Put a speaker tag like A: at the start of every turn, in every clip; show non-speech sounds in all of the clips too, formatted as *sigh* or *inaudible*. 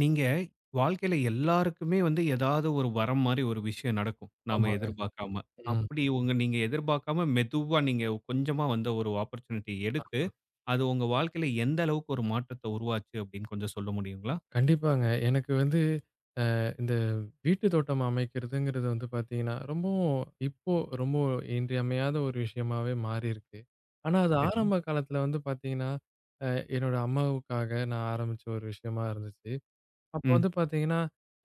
A: நீங்க வாழ்க்கையில எல்லாருக்குமே வந்து ஏதாவது ஒரு வரம் மாரி ஒரு விஷயம் நடக்கும். நாம
B: ஆமாங்க.
A: எதிர்பார்க்காம.
B: ம்.
A: அப்படி நீங்க எதிர்பார்க்காம மெதுவா நீங்க கொஞ்சமா வந்த ஒரு ஆப்பர்ட்யூனிட்டி எடுத்து,
B: அ
A: அது உங்க வாழ்க்கையில எந்த அளவுக்கு ஒரு மாற்றத்த உருவாச்சு அப்படின்னு கொஞ்சம் சொல்ல முடியுங்களா?
B: கண்டிப்பாங்க. எனக்கு வந்து இந்த வீட்டு தோட்டம் அமைக்கிறதுங்கிறது வந்து பார்த்தீங்கன்னா, ரொம்பவும் இப்போ ரொம்ப இன்றியமையாத ஒரு விஷயமாவே மாறியிருக்கு. ஆனா, அது
A: சரி.
B: ஆரம்ப காலத்தில வந்து பார்த்தீங்கன்னா, அ என்னோட அம்மாவுக்காக நான் ஆரம்பிச்ச ஒரு விஷயமா இருந்துச்சு. அப்போ
A: ம்.
B: வந்து பார்த்தீங்கன்னா,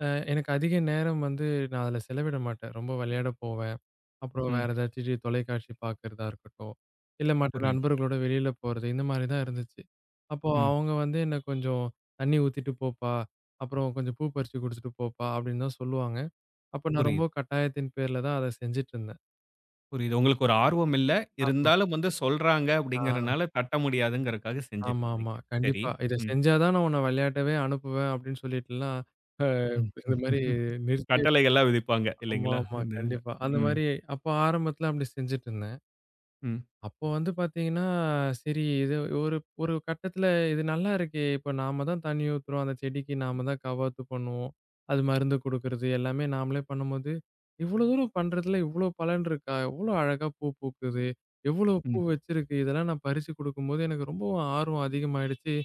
B: அ எனக்கு அதிக நேரம் வந்து நான் அதில செலவிட மாட்டேன். ரொம்ப விளையாட போவேன். அப்புறம்
A: ம்.
B: வேற ஏதாச்சும் தொலைக்காட்சி பார்க்கிறதா இருக்கட்டும், இல்ல மற்ற
A: புரியுது.
B: நண்பர்களோட வெளியில போறது இந்த மாரி தான் இருந்துச்சு. அப்போ
A: ம்.
B: அவங்க வந்து என்ன கொஞ்சம் "தண்ணி ஊத்திட்டு போப்பா, அப்புறம் கொஞ்சம் பூ பறிச்சு குடுத்துட்டு போப்பா" அப்படின்னு தான் சொல்லுவாங்க. அப்ப நான் ரொம்ப
A: புரியுது,
B: கட்டாயத்தின் பேர்ல தான் அத செஞ்சுட்டுருந்தேன்.
A: புரியுது. உங்களுக்கு ஒரு ஆர்வம் இல்ல.
B: ஆமா.
A: இருந்தாலும் வந்து சொல்றாங்க
B: ஆ
A: அப்படிங்கிறனால தட்ட முடியாதுங்கிறதுக்காக செஞ்சுட்டு
B: ஆமாமா.
A: இருந்தீங்க. சரி.
B: கண்டிப்பா. "இத
A: ம்.
B: செஞ்சா தான் நான் உன்ன விளையாடவே அனுப்புவேன்" அப்படின்னு சொல்லிட்டுலாம்,
A: ம்.
B: இந்த மாரி
A: *laughs*
B: நிறுத்தி
A: கட்டளைகள்லாம் விதிப்பாங்க
B: ஆமா,
A: இல்லைங்களா?
B: ஆமா.
A: இந்த இதுல.
B: கண்டிப்பா. அந்த
A: ம்.
B: மாரி அப்ப ஆரம்பத்துல அப்படி செஞ்சுட்டு இருந்தேன்.
A: ம்.
B: அப்போ வந்து பார்த்தீங்கன்னா, சரி இது ஒரு ஒரு கட்டத்தில இது நல்லா இருக்கே! இப்ப நாம தான் தண்ணி ஊத்துறோம். அந்த செடிக்கு நாம தான் கவாத்து பண்ணுவோம். அது மருந்து குடுக்குறது எல்லாமே நாமளே பண்ணும்போது, இவ்வளோ தூரம் பண்றதுல இவ்வளோ பலன் இருக்கா? எவ்வளோ அழகா பூ பூக்குது! எவ்வளோ பூ
A: ம்.
B: வச்சிருக்கு! இதெல்லாம் நான் பறிச்சு குடுக்கும்போது எனக்கு ரொம்பவும் ஆர்வம் அதிகமாயிடுச்சு.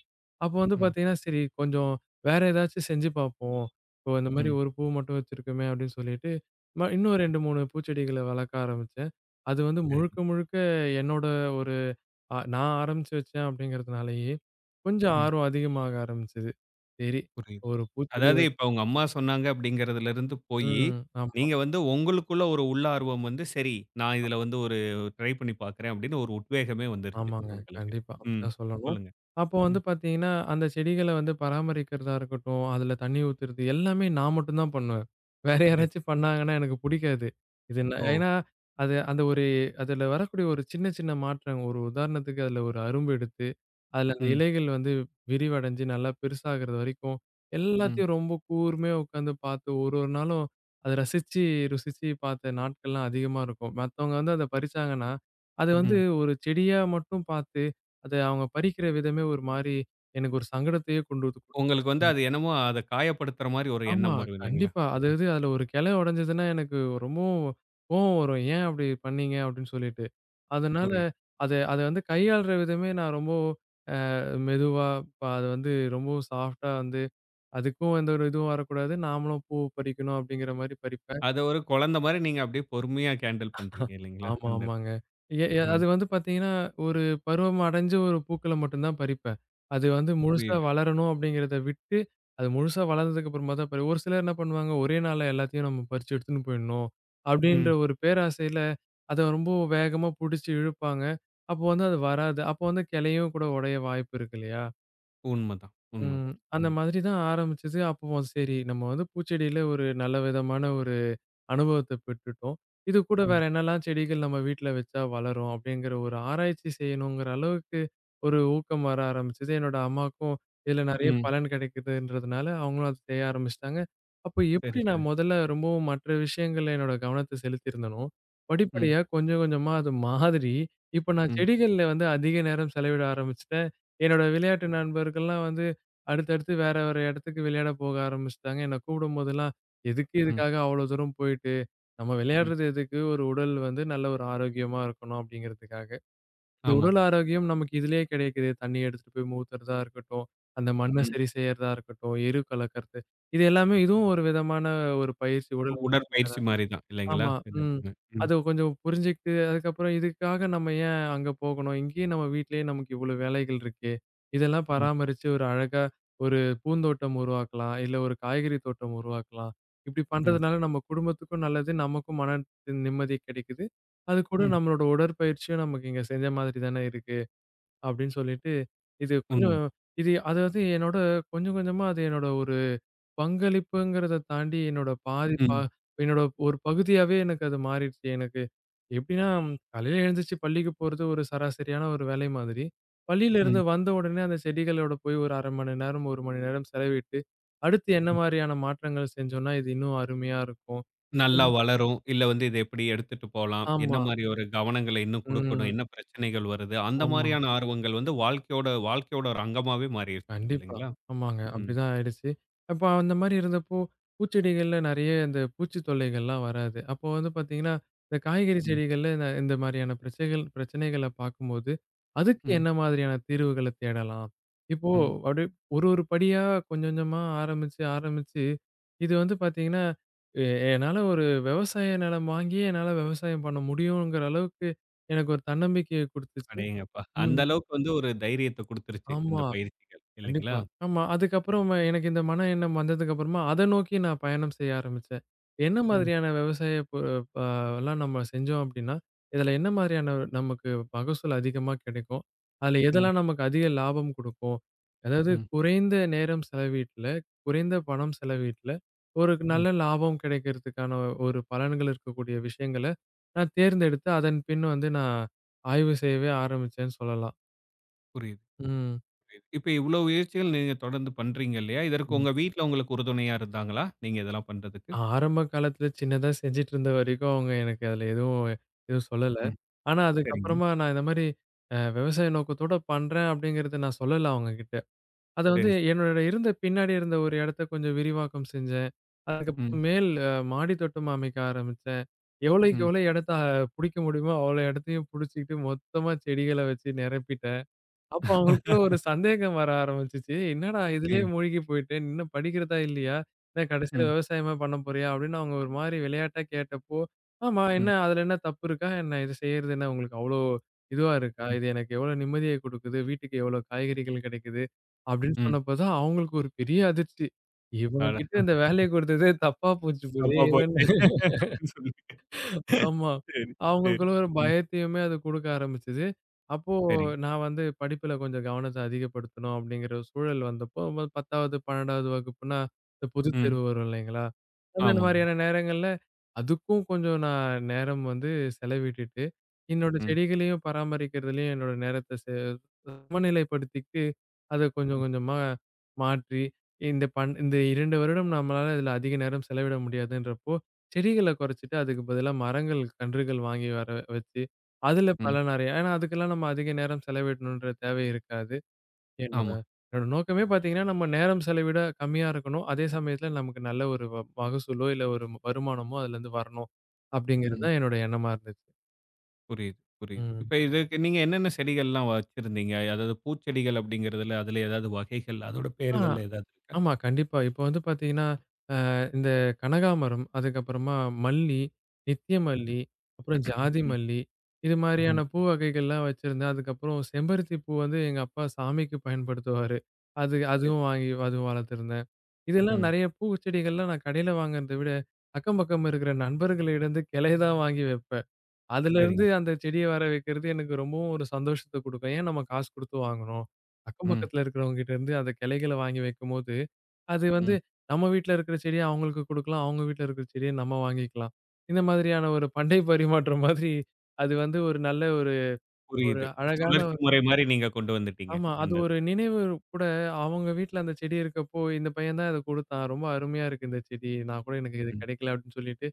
B: அப்போ வந்து
A: ம்.
B: பார்த்தீங்கன்னா, சரி கொஞ்சம் வேற ஏதாச்சும் செஞ்சு பார்ப்போம். இப்போ இந்த மாரி
A: ம்.
B: ஒரு பூ மட்டும் வச்சிருக்கோமே! அப்படின்னு சொல்லிட்டு, இன்னும் 2, 3 பூச்செடிகள வளர்க்க ஆரம்பிச்சேன். அது வந்து
A: சரிங்க.
B: முழுக்க முழுக்க என்னோட ஒரு நான் ஆரம்பிச்சு வச்சேன் அப்படிங்கிறதுனாலயே, கொஞ்சம்
A: ம்.
B: ஆர்வம் அதிகமாக ஆரம்பிச்சது. சரி,
A: புரியுது.
B: ஒரு பூச்செடி
A: அதாவது இப்ப உங்க அம்மா சொன்னாங்க அப்படிங்கிறதுலருந்து போயி,
B: ம். ஆமா,
A: நீங்க வந்து உங்களுக்குள்ள ஒரு உள்ளார்வம் வந்து, சரி நான் இதுல வந்து ஒரு ட்ரை பண்ணி பார்க்குறேன் அப்படின்னு ஒரு உத்வேகமே வந்துருச்சு
B: ஆமாங்க.
A: உங்களுக்கு.
B: கண்டிப்பா.
A: ம்.
B: அப்படிதான் சொல்லணும்.
A: சொல்லுங்க.
B: அப்போ வந்து
A: ம்.
B: பார்த்தீங்கன்னா, அந்த செடிகள வந்து பராமரிக்கிறதா இருக்கட்டும், அதுல தண்ணி ஊத்துறது எல்லாமே நான் மட்டும் தான் பண்ணுவேன். வேற
A: சரி.
B: யாராச்சும் பண்ணாங்கன்னா எனக்கு புடிக்காது. இது
A: ஓ!
B: ஏன்னா, அது அந்த ஒரு அதுல வரக்கூடிய ஒரு சின்ன சின்ன மாற்றம் ஒரு உதாரணத்துக்கு அதுல ஒரு அரும்பு எடுத்து அதுல அந்த
A: ம்.
B: இலைகள் வந்து விரிவடைஞ்சு நல்லா பெருசாகுறது வரைக்கும்,
A: ம்.
B: எல்லாத்தையும் ரொம்ப கூர்மையா உட்காந்து பார்த்து ஒரு ஒரு நாளும் அத ரசிச்சு, ருசிச்சு பார்த்த நாட்கள்லாம் அதிகமா இருக்கும். மத்தவங்க வந்து அத பறிச்சாங்கன்னா, அது வந்து
A: ம்.
B: ஒரு செடியா மட்டும் பார்த்து, அத அவங்க பறிக்கிற விதமே ஒரு மாரி எனக்கு ஒரு சங்கடத்தையே கொண்டு வந்து
A: உங்களுக்கு
B: குடுத்துரும்.
A: வந்து அது என்னமோ அத காயப்படுத்துற மாரி ஒரு
B: ஆமா,
A: எண்ணம் வரும் இல்லைங்களா?
B: கண்டிப்பா.
A: ம்.
B: அதாவது அதுல ஒரு கிளை உடைஞ்சதுன்னா எனக்கு ரொம்பவும் கோவம் வரும். "ஏன் அப்படி பண்ணீங்க?" அப்படின்னு சொல்லிட்டு. அதனால
A: புரியுது.
B: அத அத வந்து கையாள்ற விதமே நான் ரொம்ப மெதுவா இப்ப அது வந்து ரொம்பவும் சாஃப்ட்டா வந்து அதுக்கும் எந்த ஒரு இதுவும் வரக்கூடாது. நாமளும் பூ பறிக்கணும் அப்படிங்கிற மாரி பறிப்பேன்.
A: அத ஒரு குழந்தை மாரி நீங்க அப்படியே பொறுமையா ஹேண்டில் பண்றீங்க இல்லைங்களா?
B: ஆமா,
A: அந்த இடத்துல.
B: ஆமாங்க. எ எ
A: ம்.
B: அது வந்து பார்த்தீங்கன்னா, ஒரு பருவம் அடைஞ்ச ஒரு பூக்கள மட்டும் தான் பறிப்பேன். அது வந்து முழுசா
A: புரியுது.
B: வளரணும் அப்படிங்கிறத விட்டு, அது முழுசா வளர்ந்ததுக்கு அப்புறமா தான் ஒரு சிலர் என்ன பண்ணுவாங்க, ஒரே நாள்ல எல்லாத்தையும் நம்ம பறிச்சு எடுத்துன்னு போயிடணும். அப்படின்ற
A: ம்.
B: ஒரு பேராசையில அத ரொம்ப வேகமா புடிச்சு இழுப்பாங்க. அப்போ வந்து அது வராது. அப்போ வந்து கிளையும் கூட உடைய வாய்ப்பு இருக்கு இல்லையா?
A: உண்மதான், உண்மதான்.
B: ம். அந்த
A: ம்.
B: மாதிரி தான் ஆரம்பிச்சது. அப்போ சரி நம்ம வந்து பூச்செடியில ஒரு நல்ல விதமான ஒரு அனுபவத்த பெற்றுட்டோம். இது கூட வேற
A: ம்.
B: என்னலாம் செடிகள் நம்ம வீட்ல வச்சா வளரும் அப்படிங்கிற ஒரு ஆராய்ச்சி செய்யணுங்கிற அளவுக்கு ஒரு ஊக்கம் வர ஆரம்பிச்சது. என்னோட அம்மாக்கும் இதுல நெறைய
A: ம்.
B: பலன் கிடைக்குதுன்றதுனால, அவங்களும் அத செய்ய ஆரம்பிச்சுட்டாங்க. அப்போ
A: சரி,
B: எப்படி
A: சரி.
B: நான் முதல்ல ரொம்பவும் மற்ற விஷயங்கள்ல என்னோட கவனத்த செலுத்தியிருந்தனோ,
A: ம்.
B: படிப்படியா கொஞ்சம் கொஞ்சமா அது மாதிரி, இப்ப நான்
A: ம்.
B: செடிகள்ல வந்து அதிக நேரம் செலவிட ஆரம்பிச்சுட்டேன். என்னோட விளையாட்டு நண்பர்கள்லாம் வந்து அடுத்தடுத்து வேற வேற இடத்துக்கு விளையாட போக ஆரம்பிச்சுட்டாங்க. என்ன கூப்பிடும்போதெல்லாம், "எதுக்கு
A: ம்.
B: இதுக்காக அவ்வளோ தூரம் போயிட்டு?" நம்ம விளையாடுறது எதுக்கு? ஒரு உடல் வந்து நல்ல ஒரு ஆரோக்கியமா இருக்கணும் அப்படிங்கிறதுக்காக. இந்த
A: ஆமா.
B: உடல் ஆரோக்கியம் நமக்கு இதுலயே கிடைக்குதே! தண்ணி எடுத்துட்டு போய் ஊத்துறதா இருக்கட்டும், அந்த மண்ண
A: ம்.
B: சரி செய்யறதா இருக்கட்டும், எரு கலக்கறது. இது எல்லாமே இதுவும் ஒரு விதமான ஒரு பயிற்சி, உடல் பயிற்சி.
A: உடற்பயிற்சி மாரி தான் இல்லைங்களா?
B: ஆமா.
A: இது
B: ம்.
A: எல்லாமே. ம்,
B: அது கொஞ்சம் புரிஞ்சுகிட்டு, அதுக்கப்புறம் இதுக்காக நம்ம ஏன் அங்க போகணும்? இங்கேயே நம்ம வீட்லயே நமக்கு இவ்ளோ வேலைகள் இருக்கே! இதெல்லாம்
A: ம்,
B: பராமரிச்சு ஒரு அழகா ஒரு பூந்தோட்டம் உருவாக்கலாம். இல்ல ஒரு காய்கறி தோட்டம் உருவாக்கலாம். இப்டி
A: ம்,
B: பண்றதுனால நம்ம குடும்பத்துக்கும் நல்லது. நமக்கும் மன நிம்மதி கிடைக்குது. அதுக்கூட
A: ம்.
B: நம்மளோட உடற்பயிற்சியும் நமக்கு இங்க செஞ்ச மாதிரி தானே இருக்கு. அப்டின்னு சொல்லிட்டு, இது
A: உண்ம.
B: கொஞ்சம் இது அதாவது என்னோட கொஞ்சம் கொஞ்சமா அது என்னோட ஒரு பங்களிப்புங்கிறத தாண்டி என்னோட பாதி பா
A: ம்,
B: என்னோட ஒரு பகுதியாவே எனக்கு அது மாறிடுச்சு. எனக்கு எப்படின்னா, காலையில எழுந்திருச்சு பள்ளிக்கு போறது ஒரு சராசரியான ஒரு வேலை மாதிரி.
A: ம்,
B: பள்ளியிலிருந்து வந்த உடனே அந்த செடிகளோட போய் ஒரு 1/2 மணி நேரம், 1 மணி நேரம் செலவிட்டு, அடுத்து என்ன
A: ம்.
B: மாரியான மாற்றங்கள் செஞ்சோம்னா, இது இன்னும் அருமையா இருக்கும்.
A: நல்லா
B: அப்படின்னு-
A: வளரும். இல்ல வந்து இத எப்படி எடுத்துட்டு போலாம்? என்ன
B: ஆமா.
A: மாரி ஒரு கவனங்கள இன்னும் குடுக்கணும்?
B: ம்.
A: என்ன பிரச்சனைகள் வருது? அந்த
B: ஆமா.
A: மாரியான ஆர்வங்கள் வந்து வாழ்க்கையோட வாழ்க்கையோட ஒரு அங்கமாவே மாறிருச்சு
B: கண்டிப்பா.
A: இல்லைங்களா?
B: ஆமாங்க.
A: ம்,
B: அப்படிதான் ஆயிடுச்சு. அப்ப அந்த மாரி இருந்தப்போ, பூச்செடிகள்ல நெறைய இந்த பூச்சி தொல்லைகள்லாம் வராது. அப்போ வந்து பார்த்தீங்கன்னா, இந்த காய்கறி
A: ம்,
B: செடிகள்ல இந்த இந்த மாரியான பிரச்சனைகள பார்க்கும்போது, அதுக்கு
A: ம்,
B: என்ன மாதிரியான தீர்வுகள தேடலாம்? இப்போ
A: ம்.
B: அப்படியே ஒரு ஒரு படியா கொஞ்சம் கொஞ்சமா ஆரம்பிச்சு, இது வந்து பார்த்தீங்கன்னா, எ என்னால ஒரு விவசாய நிலம் வாங்கியே என்னால விவசாயம் பண்ண முடியுங்கிற அளவுக்கு எனக்கு ஒரு தன்னம்பிக்கைய குடுத்துச்சு.
A: அடேங்கப்பா! அந்த
B: ம்.
A: அளவுக்கு வந்து ஒரு தைரியத்த குடுத்துருச்சு இந்த
B: ஆமா.
A: பயிற்சிகள் இல்லைங்களா?
B: கண்டிப்பா. ஆமா. அதுக்கப்புறம் எனக்கு இந்த மன எண்ணம் வந்ததுக்கு அப்புறமா, அத நோக்கி நான் பயணம் செய்ய ஆரம்பிச்சேன். என்ன
A: ம்,
B: மாதிரியான விவசாய பொ அ எல்லாம் நம்ம செஞ்சோம் அப்டின்னா, இதுல என்ன மாரியான நமக்கு மகசூல் அதிகமா கிடைக்கும்? அதுல
A: ம்,
B: எதெல்லாம் நமக்கு அதிக லாபம் குடுக்கும்? அதாவது
A: ம்,
B: குறைந்த நேரம் செலவீட்ல, குறைந்த பணம் செலவீட்ல, ஒரு
A: ம்.
B: நல்ல லாபம் கிடைக்கிறதுக்கான ஒரு பலன்கள் இருக்கக்கூடிய விஷயங்கள நான் தேர்ந்தெடுத்து, அதன் பின் வந்து நான் ஆய்வு செய்யவே ஆரம்பிச்சேன்னு சொல்லலாம்.
A: புரியுது. புரியுது, புரியுது. இப்ப இவ்ளோ முயற்சிகள் நீங்க தொடர்ந்து பண்றீங்க இல்லையா? இதற்கு
B: ம்.
A: உங்க வீட்ல உங்களுக்கு உறுதுணையா இருந்தாங்களா? நீங்க இதெல்லாம் பண்றதுக்கு?
B: ஆரம்ப காலத்துல சின்னதா செஞ்சுட்டு இருந்த வரைக்கும் அவங்க எனக்கு அதுல எதுவும் எதுவும் சொல்லல.
A: ம்.
B: ஆனா
A: சரிங்க.
B: அதுக்கப்புறமா நான் இந்த மாரி விவசாய நோக்கத்தோட பண்றேன் அப்படிங்கிறத நான் சொல்லல அவங்ககிட்ட. அத வந்து
A: சரி, சரி.
B: என்னோட இருந்த பின்னாடி இருந்த ஒரு இடத்த கொஞ்சம் விரிவாக்கம் செஞ்சேன்.
A: ம்,
B: அதுக்கப்புறம் மேல் மாடி தோட்டம் அமைக்க ஆரம்பிச்சேன். எவ்வளோக்கு
A: ம்.
B: எவ்வளோ இடத்த புடிக்க முடியுமோ அவ்வளோ இடத்தையும் புடிச்சுக்கிட்டு மொத்தமா செடிகள வச்சு நிரப்பிட்டேன். அப்போ அவங்களுக்குள்ள ஒரு சந்தேகம் வர ஆரம்பிச்சுச்சு. என்னடா இதுலயே
A: ம்,
B: மூழ்கி போயிட்டு, இன்னும் படிக்கிறதா இல்லையா? என்ன கடைசியில
A: ம்,
B: விவசாயமா பண்ண போறியா? அப்படின்னு அவங்க ஒரு மாரி விளையாட்டா கேட்டப்போ, ஆமா
A: ம்,
B: என்ன அதுல என்ன தப்பு இருக்கா என்ன? இது செய்யறது என்ன உங்களுக்கு அவ்ளோ இதுவா இருக்கா?
A: ம்,
B: இது எனக்கு எவ்ளோ நிம்மதிய குடுக்குது, வீட்டுக்கு எவ்ளோ காய்கறிகள் கிடைக்குது, அப்படின்னு
A: ம்.
B: சொன்னப்போ தான் அவங்களுக்கு ஒரு பெரிய அதிர்ச்சி.
A: அட!
B: இவனுகிட்ட இந்த வேலைய குடுத்ததே தப்பா போச்சு
A: தப்பா
B: போலயே இவன்
A: போச்சு அப்படின்னு சொல்லி.
B: ஆமா.
A: சரி, சரி.
B: அவங்களுக்குள்ள ஒரு
A: ம்.
B: பயத்தையுமே அது குடுக்க ஆரம்பிச்சது. அப்போ
A: சரி.
B: நான் வந்து படிப்புல கொஞ்சம் கவனத்த அதிகப்படுத்தணும் அப்படிங்கிற ஒரு சூழல் வந்தப்போ, 10வது, 12வது வகுப்புன்னா, இந்த பொதுத்
A: ம்.
B: தேர்வு வரும் இல்லைங்களா? அந்த
A: ஆமாங்க.
B: மாரியான நேரங்கள்ல அதுக்கும் கொஞ்சம் நான் நேரம் வந்து செலவிட்டுட்டு, என்னோட
A: ம்,
B: செடிகளையும் பராமரிக்கிறதுலயும் என்னோட நேரத்த சமநிலைப்படுத்திட்டு அத
A: ம்,
B: கொஞ்சம் கொஞ்சமா மாற்றி, இந்த இந்த 2 வருடம் நம்மளால இதுல அதிக நேரம் செலவிட முடியாதுன்றப்போ, செடிகள குறைச்சுட்டு அதுக்கு பதிலா மரங்கள், கன்றுகள் வாங்கி வர வச்சு, அதுல
A: ம்.
B: பல நெறைய ஏன்னா அதுக்கெல்லாம் நம்ம அதிக நேரம் செலவிடணுன்ற தேவை இருக்காது. என்னோட
A: ஆமா.
B: என்னோட நோக்கமே பார்த்தீங்கன்னா, நம்ம நேரம் செலவிட கம்மியா இருக்கணும். அதே சமயத்துல நமக்கு நல்ல ஒரு மகசூலோ, இல்ல ஒரு வருமானமோ அதுலருந்து வரணும். அப்படிங்கிறது
A: ம்.
B: தான் என்னோட எண்ணமா இருந்துச்சு.
A: புரியுது, புரியுது.
B: ம்.
A: இப்ப இதுக்கு நீங்க என்னென்ன செடிகள்லாம் வச்சிருந்தீங்க? அதாவது பூச்செடிகள் அப்படிங்கிறதுல, அதுல ஏதாவது வகைகள், அதோட
B: ஆ
A: பெயர்கள் ஏதாவது இருக்கா?
B: ஆமா. கண்டிப்பா. இப்போ வந்து பார்த்தீங்கன்னா இந்த கனகாமரம், அதுக்கப்புறமா மல்லி, நித்திய மல்லி, அப்புறம் ஜாதி
A: ம்,
B: மல்லி, இது
A: ம்.
B: மாரியான பூ வகைகள்லாம் வச்சிருந்தேன். அதுக்கப்புறம் செம்பருத்தி பூ வந்து எங்க அப்பா சாமிக்கு பயன்படுத்துவாரு.
A: சரி.
B: அதுவும் வாங்கி அதுவும் வளர்த்துருந்தேன். இதெல்லாம்
A: ம்.
B: நெறைய பூச்செடிகள்லாம் நான் கடையில வாங்குறத விட, அக்கம் பக்கம் இருக்கிற நண்பர்களிடந்து கிளைய தான் வாங்கி வைப்பேன். அதுலருந்து
A: சரிங்க.
B: அந்த செடிய வர வைக்கிறது எனக்கு ரொம்பவும் ஒரு சந்தோஷத்த குடுக்கும். ஏன் நம்ம காசு குடுத்து வாங்கணும்? அக்கம்
A: ம்,
B: பக்கத்துல இருக்கிறவங்ககிட்ட இருந்து அந்த கிளைகள வாங்கி வைக்கும்போது அது வந்து
A: ம்.
B: நம்ம வீட்ல இருக்கிற செடிய அவங்களுக்கு குடுக்கலாம். அவங்க வீட்ல இருக்கிற செடிய நம்ம வாங்கிக்கலாம். இந்த மாதிரியான ஒரு பண்டை பரிமாற்றம் மாதிரி அது வந்து ஒரு நல்ல ஒரு ஒரு
A: புரியுது.
B: அழகான
A: சுழற்சி
B: ஒரு
A: முறை மாரி நீங்க கொண்டு வந்துட்டீங்க.
B: ஆமா.
A: அந்த
B: அது ஒரு
A: இதுல.
B: நினைவு கூட அவங்க வீட்ல அந்த செடி இருக்கப்போ, இந்த பையன் தான் இத குடுத்தான். ரொம்ப அருமையா இருக்கு இந்த செடி. நான் கூட எனக்கு இது
A: ம்,
B: கிடைக்கல அப்படின்னு சொல்லிட்டு,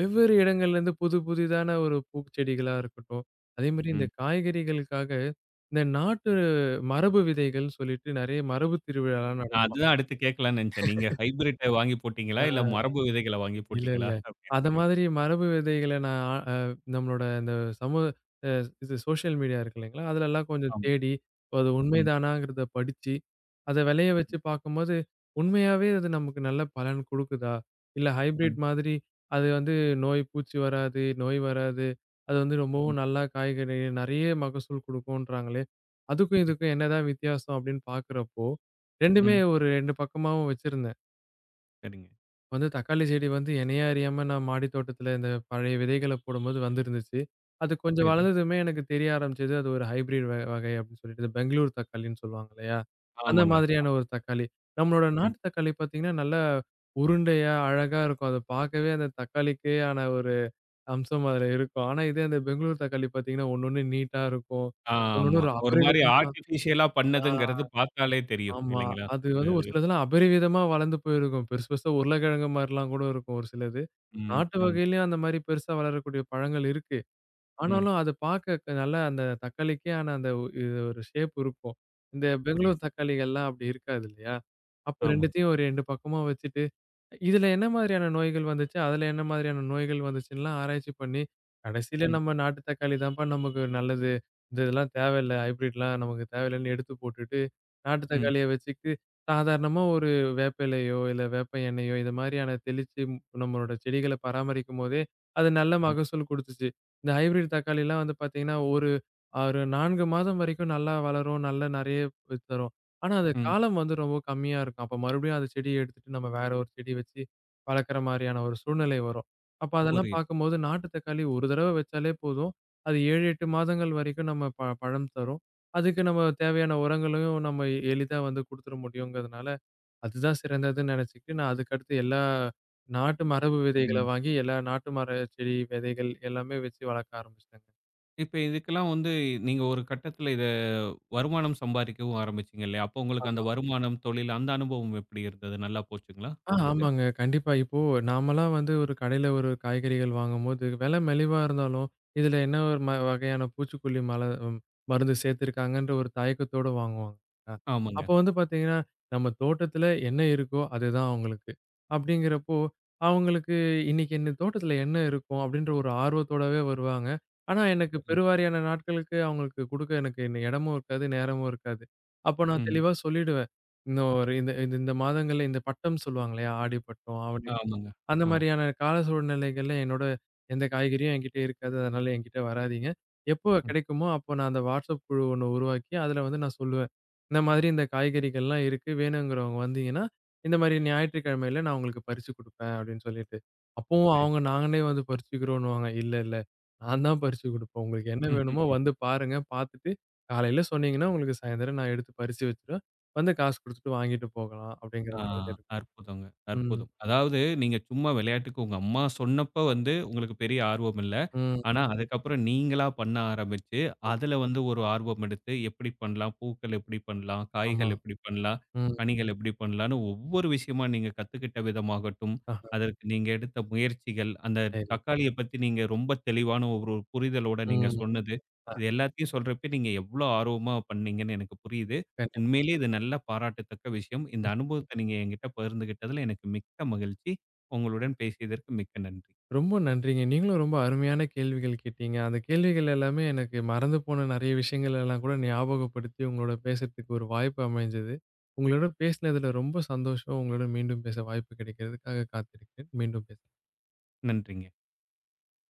B: வெவ்வேறு இடங்கள்லேருந்து புது புதிதான ஒரு பூச்செடிகளா இருக்கட்டும். அதேமாரி இந்த
A: ம்.
B: காய்கறிகளுக்காக இந்த நாட்டு மரபு விதைகள்னு சொல்லிட்டு நெறைய மரபு திருவிழாலாம்
A: நான் அதுதான் அடுத்து கேட்கலாம்னு நெனச்சேன். நீங்க ஹைபிரிட்ட வாங்கி போட்டீங்களா? இல்ல
B: நடக்கும்.
A: மரபு விதைகள வாங்கி
B: இல்ல,
A: போட்டீங்களா?
B: இல்ல.
A: அப்படின்னு
B: அத
A: சொல்லிட்டு.
B: மாதிரி மரபு விதைகள நான் அ நம்மளோட இந்த சமூக அ இது சோசியல் மீடியா இருக்கு இல்லைங்களா? அதுலலாம் கொஞ்சம்
A: ஆமா.
B: தேடி, அது
A: ம்,
B: உண்மைதானாங்கிறத படிச்சு, அத விளைய வச்சு பார்க்கும்போது, உண்மையாவே அது நமக்கு நல்ல பலன் குடுக்குதா? இல்ல
A: ம்,
B: ஹைபிரிட் மாதிரி அது வந்து நோய் பூச்சி வராது, நோய் வராது. அது வந்து
A: ம்,
B: ரொம்பவும் நல்லா காய்கறி நெறைய மகசூல் குடுக்கும்ன்றாங்களே, அதுக்கும் இதுக்கும் என்னதான் வித்தியாசம் அப்படின்னு பார்க்குறப்போ, 2மே
A: ம்.
B: ஒரு 2 பக்கமாவும் வச்சிருந்தேன்.
A: சரிங்க.
B: வந்து தக்காளி செடி வந்து என்னையே அறியாம நான் மாடி தோட்டத்துல இந்த பழைய விதைகள போடும்போது வந்திருந்துச்சு. அது கொஞ்சம்
A: சரி.
B: வளர்ந்ததுமே எனக்கு தெரிய ஆரம்பிச்சது. அது ஒரு ஹைபிரிட் வகை அப்படின்னு சொல்லிட்டு இந்த பெங்களூர் தக்காளின்னு சொல்லுவாங்க இல்லையா? அந்த
A: ஆமாங்க.
B: மாதிரியான ஒரு தக்காளி. நம்மளோட
A: ம்.
B: நாட்டு தக்காளி பார்த்தீங்கன்னா, நல்லா உருண்டையா, அழகா இருக்கும். அத பார்க்கவே அந்த தக்காளிக்கே ஆன ஒரு அம்சம் அதுல இருக்கும். ஆனா இதே அந்த பெங்களூர் தக்காளி பார்த்தீங்கன்னா, ஒண்ணொண்ணு நீட்டா இருக்கும். ஒண்ணொண்ணு
A: ஆமா.
B: ஒரு
A: ஒரு மாரி
B: அபரிவிதமா
A: ஆர்டிபிஷியலா
B: ஆ
A: பண்ணதுங்கிறது பார்த்தாலே தெரியும்.
B: ஆமா.
A: இல்லைங்களா?
B: அது
A: இந்த
B: வந்து ஒரு
A: இது.
B: சிலதெல்லாம் அபரிவிதமா வளர்ந்து போயிருக்கும். பெருசு பெருசா உருளைக்கிழங்கு மாரிலாம் கூட இருக்கும் ஒரு சிலது.
A: ம்,
B: நாட்டு
A: ம்,
B: வகையிலயும் அந்த மாரி பெருசா வளரக்கூடிய பழங்கள் இருக்கு.
A: ம்.
B: ஆனாலும் அத பாக்க க நல்லா அந்த தக்காளிக்கே ஆன அந்த இது ஒரு ஷேப் இருக்கும். இந்த
A: புரியுது.
B: பெங்களூர் தக்காளிகள்லாம் அப்படி இருக்காது இல்லையா? அப்ப
A: ஆமா.
B: 2த்தையும் ஒரு 2 பக்கமா வச்சுட்டு இதுல என்ன மாதிரியான நோய்கள் வந்துச்சு? அதுல என்ன மாதிரியான நோய்கள் வந்துச்சுன்லாம் ஆராய்ச்சி பண்ணி, கடைசியில
A: ம்,
B: நம்ம நாட்டு தக்காளி தான்ப்பா நமக்கு நல்லது. இந்த இதெல்லாம் தேவையில்ல. ஹைபிரிட்லாம் நமக்கு தேவையில்லன்னு எடுத்து போட்டுட்டு, நாட்டு
A: ம்,
B: தக்காளிய வச்சுட்டு, சாதாரணமா ஒரு வேப்ப இலையோ, இல்ல வேப்ப எண்ணெயோ இது மாரியான தெளிச்சு நம்மளோட செடிகள பராமரிக்கும்போதே, அது நல்ல மகசூல் குடுத்துச்சு. இந்த ஹைபிரிட் தக்காளிலாம் வந்து பார்த்தீங்கன்னா, ஒரு ஒரு 4 மாதம் வரைக்கும் நல்லா வளரும். நல்லா நெறைய தரும். ஆனா, அது
A: ம்.
B: காலம் வந்து ரொம்ப கம்மியா இருக்கும். அப்ப மறுபடியும் அந்த செடிய எடுத்துட்டு நம்ம வேற ஒரு செடி வச்சு வளர்க்குற மாரியான ஒரு சூழ்நிலை வரும். அப்ப அதெல்லாம்
A: புரியுது.
B: பார்க்கும்போது நாட்டு தக்காளி ஒரு தடவ வச்சாலே போதும். அது 7, 8 மாதங்கள் வரைக்கும் நம்ம பழம் தரும். அதுக்கு நம்ம தேவையான உரங்களையும் நம்ம எளிதா வந்து குடுத்துற முடியுங்கிறதுனால, அதுதான் சிறந்ததுன்னு நெனச்சுக்கிட்டு நான் அதுக்கடுத்து எல்லா நாட்டு மரபு விதைகள
A: ம்.
B: வாங்கி எல்லா நாட்டு மர செடி விதைகள் எல்லாமே வச்சு வளர்க்க ஆரம்பிச்சுட்டேங்க.
A: இப்ப இதுக்கெல்லாம் வந்து நீங்க ஒரு கட்டத்துல இத வருமானம் சம்பாதிக்கவும் ஆரம்பிச்சீங்க இல்லையா? அப்போ உங்களுக்கு அந்த வருமானம், தொழில் அந்த அனுபவம் எப்படி இருந்தது? நல்லா போச்சுங்களா உங்களுக்கு?
B: ஆமாங்க. கண்டிப்பா. இப்போ நாமலாம் வந்து ஒரு கடையில ஒரு காய்கறிகள் வாங்கும்போது, விலை மலிவா இருந்தாலும், இதுல என்ன ஒரு ம வகையான பூச்சிக்கொல்லி ம் மருந்து சேர்த்திருக்காங்கன்ற ஒரு தயக்கத்தோட வாங்குவாங்க. அ
A: ஆமாங்க.
B: அப்போ வந்து பார்த்தீங்கன்னா, நம்ம தோட்டத்துல என்ன இருக்கோ அதுதான் அவங்களுக்கு. அப்படிங்கிறப்போ, அவங்களுக்கு இன்னைக்கு என்ன தோட்டத்துல என்ன இருக்கும் அப்படின்ற ஒரு ஆர்வத்தோடவே வருவாங்க. ஆனா எனக்கு
A: புரியுது.
B: பெருவாரியான நாட்களுக்கு அவங்களுக்கு குடுக்க எனக்கு இன்ன இடமும் இருக்காது, நேரமும் இருக்காது. அப்போ நான்
A: ம்.
B: தெளிவா சொல்லிடுவேன். இந்த ஒரு இந்த இந்த இந்த மாதங்கள்ல இந்த பட்டம் சொல்லுவாங்க இல்லையா? ஆடி பட்டம், ஆவணி பட்டம்.
A: ஆமாங்க.
B: அந்த
A: ஆமா.
B: மாரியான கால சூழ்நிலைகள்ல என்னோட எந்த காய்கறியும் என்கிட்ட இருக்காது. அதனால என்கிட்ட வராதீங்க. எப்போ
A: ம்.
B: கிடைக்குமோ அப்போ நான் அந்த WhatsApp குழு ஒண்ணு உருவாக்கி, அதில வந்து நான் சொல்லுவேன். இந்த மாதிரி இந்த காய்கறிகள்லாம் இருக்கு. வேணுங்கிறவங்க வந்தீங்கன்னா, இந்த மாரி ஞாயிற்றுக்கிழமையில நான் உங்களுக்கு பறிச்சு குடுப்பேன் அப்படின்னு சொல்லிட்டு. அப்பவும்
A: சரி.
B: அவங்க நாங்களே வந்து பறிச்சுக்கிறோன்னுவாங்க. இல்ல, இல்ல. நான் தான் பறிச்சு குடுப்பேன். உங்களுக்கு என்ன
A: ம்.
B: வேணுமோ வந்து பாருங்க. பார்த்துட்டு காலையில சொன்னீங்கன்னா, உங்களுக்கு சாயந்தரம் நான் எடுத்து பறிச்சு வச்சுருவேன். வந்து காசு குடுத்துட்டு வாங்கிட்டு போகலாம் அப்படிங்கிற
A: ஆ,
B: மாதிரி இருக்கும்.
A: அற்புதங்க,
B: ம்,
A: அற்புதம். அதாவது நீங்க சும்மா விளையாட்டுக்கு உங்க அம்மா சொன்னப்ப வந்து உங்களுக்கு பெரிய ஆர்வம் இல்ல.
B: ம்.
A: ஆனா அதுக்கப்புறம் நீங்களா பண்ண ஆரம்பிச்சு, அதுல வந்து ஒரு ஆர்வம் எடுத்து எப்படி பண்ணலாம்? பூக்கள் எப்படி பண்ணலாம்?
B: ஆமா.
A: காய்கள் எப்படி பண்ணலாம்?
B: ம்.
A: கனிகள் எப்படி பண்ணலான்னு ஒவ்வொரு விஷயமா நீங்க கத்துக்கிட்ட விதமாகட்டும்,
B: ஆஹா,
A: அதற்கு நீங்க எடுத்த முயற்சிகள், அந்த
B: சரி.
A: தக்காளிய பத்தி நீங்க ரொம்ப தெளிவான ஒரு புரிதலோட நீங்க
B: ம்.
A: சொன்னது,
B: அ
A: இது எல்லாத்தையும் சொல்றப்ப நீங்க எவ்ளோ ஆர்வமா பண்ணீங்கன்னு எனக்கு புரியுது.
B: கண்டிப்பா.
A: உண்மையிலேயே இது நல்ல பாராட்டத்தக்க விஷயம். இந்த
B: ம்ஹ்ம்.
A: அனுபவத்த நீங்க என்கிட்ட பகிர்ந்துகிட்டதுல எனக்கு மிக்க மகிழ்ச்சி. உங்களுடன் பேசியதற்கு மிக்க நன்றி.
B: ரொம்ப நன்றிங்க. நீங்களும் ரொம்ப அருமையான கேள்விகள் கேட்டீங்க. அந்த கேள்விகள் எல்லாமே எனக்கு மறந்து போன நெறைய விஷயங்கள் எல்லாம் கூட ஞாபகப்படுத்தி உங்களோட பேசுறதுக்கு ஒரு வாய்ப்பு அமைஞ்சது. உங்களோட பேசினதுல ரொம்ப சந்தோஷம். உங்களோட மீண்டும் பேச வாய்ப்பு கிடைக்கிறதுக்காக காத்திருக்கிறேன். மீண்டும் பேச
A: நன்றிங்க.